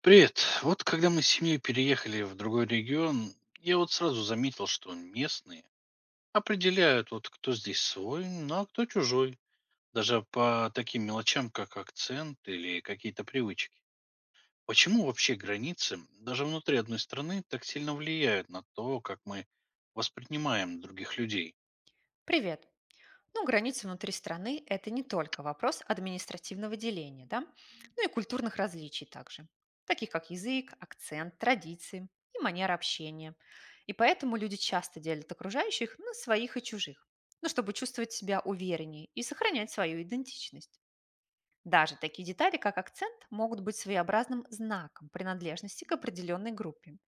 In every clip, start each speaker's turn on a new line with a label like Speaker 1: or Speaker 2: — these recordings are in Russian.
Speaker 1: Привет. Вот когда мы с семьей переехали в другой регион, я вот сразу заметил, что местные определяют, вот кто здесь свой, ну а кто чужой. Даже по таким мелочам, как акцент или какие-то привычки. Почему вообще границы, даже внутри одной страны, так сильно влияют на то, как мы воспринимаем других людей?
Speaker 2: Привет. Ну, границы внутри страны– это не только вопрос административного деления, да, но и культурных различий также, таких как язык, акцент, традиции и манера общения. И поэтому люди часто делят окружающих на своих и чужих, ну, чтобы чувствовать себя увереннее и сохранять свою идентичность. Даже такие детали, как акцент, могут быть своеобразным знаком принадлежности к определенной группе.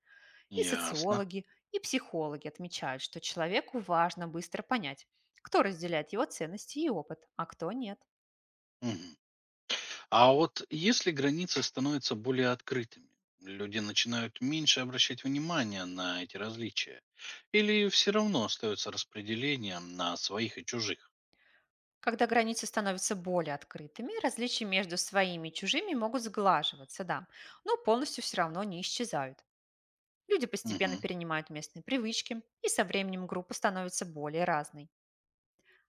Speaker 2: И
Speaker 1: Ясно.
Speaker 2: социологи, и психологи отмечают, что человеку важно быстро понять, кто разделяет его ценности и опыт, а кто нет.
Speaker 1: Мгм. А вот если границы становятся более открытыми, люди начинают меньше обращать внимание на эти различия? Или все равно остается распределение на своих и чужих?
Speaker 2: Когда границы становятся более открытыми, различия между своими и чужими могут сглаживаться, да, но полностью все равно не исчезают. Люди постепенно
Speaker 1: Мгм.
Speaker 2: перенимают местные привычки, и со временем группа становится более разной.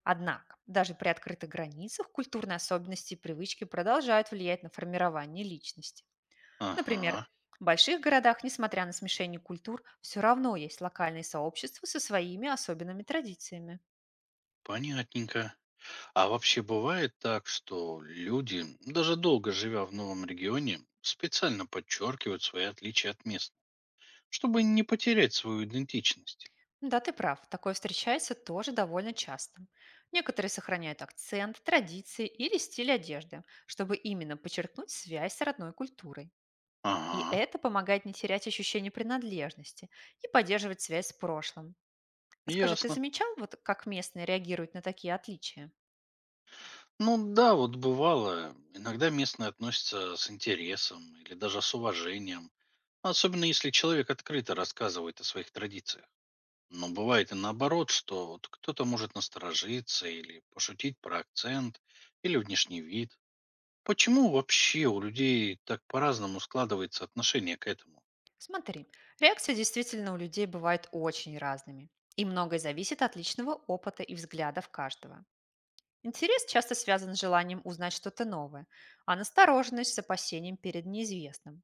Speaker 2: Однако, даже при открытых границах культурные особенности и привычки продолжают влиять на формирование личности. Например,
Speaker 1: Ага,
Speaker 2: в больших городах, несмотря на смешение культур, все равно есть локальные сообщества со своими особенными традициями.
Speaker 1: понятненько. А вообще бывает так, что люди, даже долго живя в новом регионе, специально подчеркивают свои отличия от местных, чтобы не потерять свою идентичность?
Speaker 2: Да, ты прав, такое встречается тоже довольно часто. Некоторые сохраняют акцент, традиции или стиль одежды, чтобы именно подчеркнуть связь с родной культурой. И
Speaker 1: Ага,
Speaker 2: это помогает не терять ощущение принадлежности и поддерживать связь с прошлым. А скажи, ты
Speaker 1: ясно.
Speaker 2: замечал, вот как местные реагируют на такие отличия?
Speaker 1: Ну да, вот бывало. Иногда местные относятся с интересом или даже с уважением, особенно если человек открыто рассказывает о своих традициях. Но бывает и наоборот, что вот кто-то может насторожиться или пошутить про акцент или внешний вид. Почему вообще у людей так по-разному складывается отношение к этому?
Speaker 2: Смотри, реакции действительно у людей бывают очень разными, и многое зависит от личного опыта и взглядов каждого. Интерес часто связан с желанием узнать что-то новое, а настороженность с опасением перед неизвестным.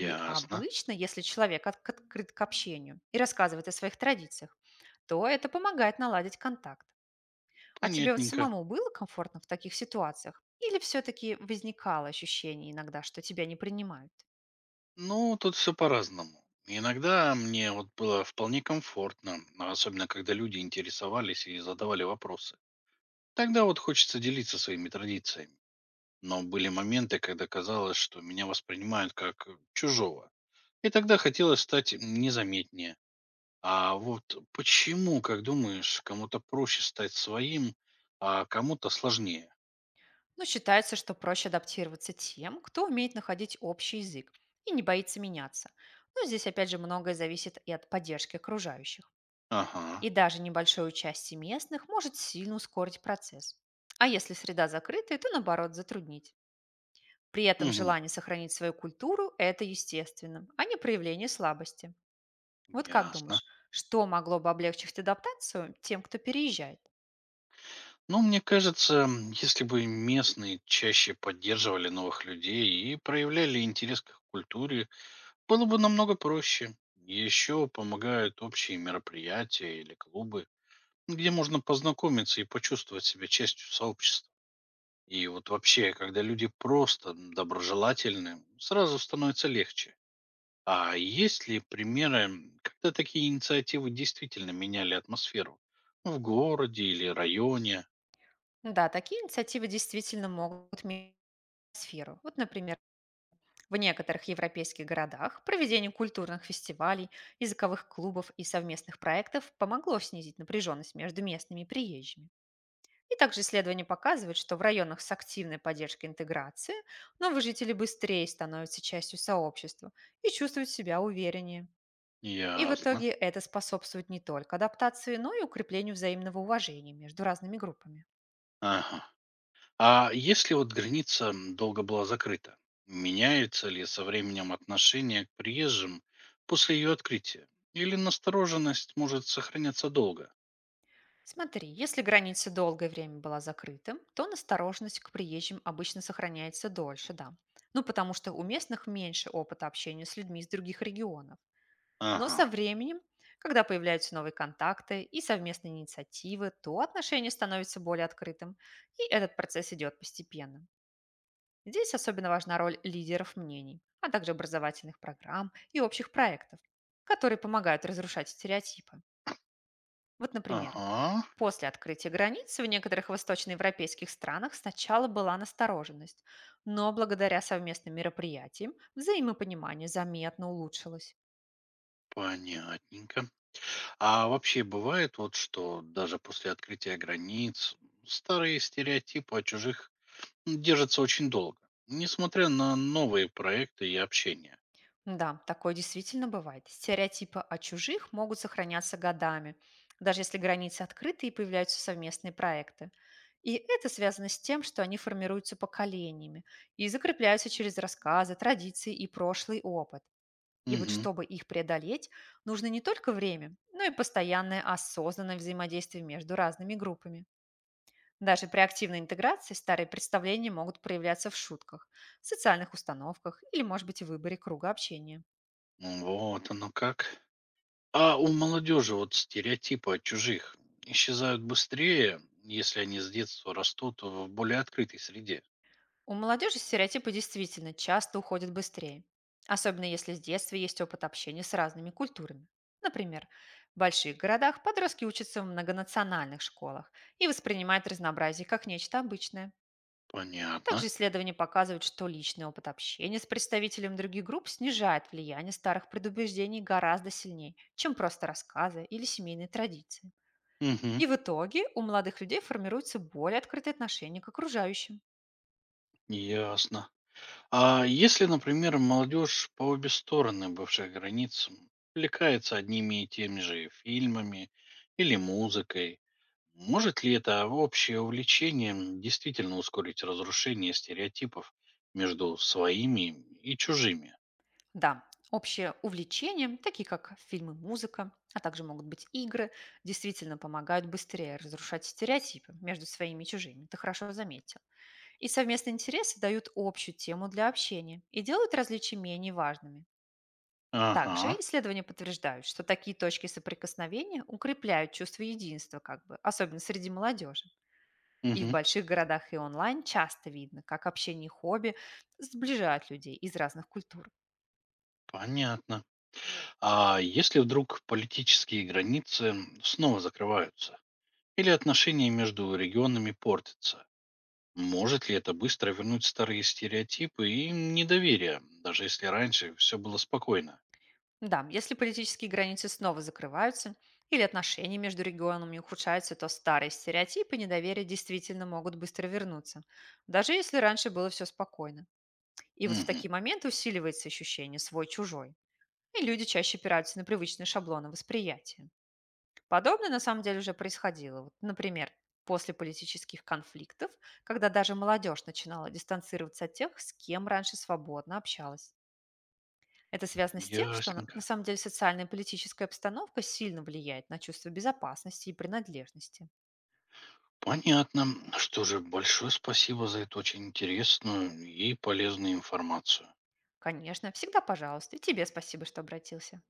Speaker 2: И обычно, если человек открыт к общению и рассказывает о своих традициях, то это помогает наладить контакт. А тебе вот
Speaker 1: понятненько.
Speaker 2: самому было комфортно в таких ситуациях? Или все-таки возникало ощущение иногда, что тебя не принимают?
Speaker 1: Ну, тут все по-разному. Иногда мне вот было вполне комфортно, а особенно когда люди интересовались и задавали вопросы. Тогда вот хочется делиться своими традициями. Но были моменты, когда казалось, что меня воспринимают как чужого. И тогда хотелось стать незаметнее. А вот почему, как думаешь, кому-то проще стать своим, а кому-то сложнее?
Speaker 2: Но считается, что проще адаптироваться тем, кто умеет находить общий язык и не боится меняться. Но здесь опять же многое зависит и от поддержки окружающих. И
Speaker 1: Ага.
Speaker 2: даже небольшое участие местных может сильно ускорить процесс. А если среда закрытая, то наоборот затруднить. При этом
Speaker 1: Угу.
Speaker 2: желание сохранить свою культуру– это естественно, а не проявление слабости. Вот как
Speaker 1: Ясно.
Speaker 2: думаешь, что могло бы облегчить адаптацию тем, кто переезжает?
Speaker 1: Ну, мне кажется, если бы местные чаще поддерживали новых людей и проявляли интерес к их культуре, было бы намного проще. Еще помогают общие мероприятия или клубы, где можно познакомиться и почувствовать себя частью сообщества. И вот вообще, когда люди просто доброжелательны, сразу становится легче. А есть ли примеры, когда такие инициативы действительно меняли атмосферу? Ну, в городе или районе?
Speaker 2: Да, такие инициативы действительно могут менять сферу. Вот, например, в некоторых европейских городах проведение культурных фестивалей, языковых клубов и совместных проектов помогло снизить напряженность между местными и приезжими. И также исследования показывают, что в районах с активной поддержкой интеграции новые жители быстрее становятся частью сообщества и чувствуют себя увереннее. И в
Speaker 1: Ясно.
Speaker 2: итоге это способствует не только адаптации, но и укреплению взаимного уважения между разными группами.
Speaker 1: Ага. А если вот граница долго была закрыта, меняется ли со временем отношение к приезжим после ее открытия? Или настороженность может сохраняться долго?
Speaker 2: Смотри, если граница долгое время была закрытым, то настороженность к приезжим обычно сохраняется дольше, да. Ну, потому что у местных меньше опыта общения с людьми из других регионов. Но
Speaker 1: Ага.
Speaker 2: со временем, когда появляются новые контакты и совместные инициативы, то отношение становится более открытым, и этот процесс идет постепенно. Здесь особенно важна роль лидеров мнений, а также образовательных программ и общих проектов, которые помогают разрушать стереотипы. Вот, например,
Speaker 1: Ага,
Speaker 2: после открытия границ в некоторых восточноевропейских странах сначала была настороженность, но благодаря совместным мероприятиям взаимопонимание заметно улучшилось.
Speaker 1: понятненько. А вообще бывает вот, что даже после открытия границ старые стереотипы о чужих держатся очень долго, несмотря на новые проекты и общение.
Speaker 2: Да, такое действительно бывает. Стереотипы о чужих могут сохраняться годами, даже если границы открыты и появляются совместные проекты. И это связано с тем, что они формируются поколениями и закрепляются через рассказы, традиции и прошлый опыт. И вот
Speaker 1: Угу.
Speaker 2: чтобы их преодолеть, нужно не только время, но и постоянное осознанное взаимодействие между разными группами. Даже при активной интеграции старые представления могут проявляться в шутках, социальных установках или, может быть, в выборе круга общения.
Speaker 1: Вот оно как. А у молодежи вот стереотипы о чужих исчезают быстрее, если они с детства растут в более открытой среде.
Speaker 2: У молодежи стереотипы действительно часто уходят быстрее, особенно если с детства есть опыт общения с разными культурами. Например, в больших городах подростки учатся в многонациональных школах и воспринимают разнообразие как нечто обычное. Также
Speaker 1: Понятно.
Speaker 2: исследования показывают, что личный опыт общения с представителем других групп снижает влияние старых предубеждений гораздо сильнее, чем просто рассказы или семейные традиции.
Speaker 1: Угу.
Speaker 2: И в итоге у молодых людей формируется более открытое отношение к окружающим.
Speaker 1: Ясно. А если, например, молодежь по обе стороны бывших границ увлекается одними и теми же фильмами или музыкой, может ли это общее увлечение действительно ускорить разрушение стереотипов между своими и чужими?
Speaker 2: Да, общие увлечения, такие как фильмы, музыка, а также могут быть игры, действительно помогают быстрее разрушать стереотипы между своими и чужими, ты хорошо заметил. И совместные интересы дают общую тему для общения и делают различия менее важными. Также
Speaker 1: Ага,
Speaker 2: исследования подтверждают, что такие точки соприкосновения укрепляют чувство единства, как бы, особенно среди молодежи. И в
Speaker 1: мгм,
Speaker 2: больших городах и онлайн часто видно, как общение и хобби сближают людей из разных культур.
Speaker 1: понятно. А если вдруг политические границы снова закрываются? Или отношения между регионами портятся? Может ли это быстро вернуть старые стереотипы и недоверие, даже если раньше все было спокойно?
Speaker 2: Да, если политические границы снова закрываются или отношения между регионами ухудшаются, то старые стереотипы недоверия действительно могут быстро вернуться, даже если раньше было все спокойно. И вот в
Speaker 1: Мгм.
Speaker 2: такие моменты усиливается ощущение свой-чужой, и люди чаще опираются на привычные шаблоны восприятия. Подобное на самом деле уже происходило. Вот, например, после политических конфликтов, когда даже молодежь начинала дистанцироваться от тех, с кем раньше свободно общалась. Это связано с тем, что на
Speaker 1: Ясненько.
Speaker 2: самом деле социальная и политическая обстановка сильно влияет на чувство безопасности и принадлежности.
Speaker 1: Понятно. Что же, большое спасибо за эту очень интересную и полезную информацию.
Speaker 2: Конечно, всегда пожалуйста, и тебе спасибо, что обратился.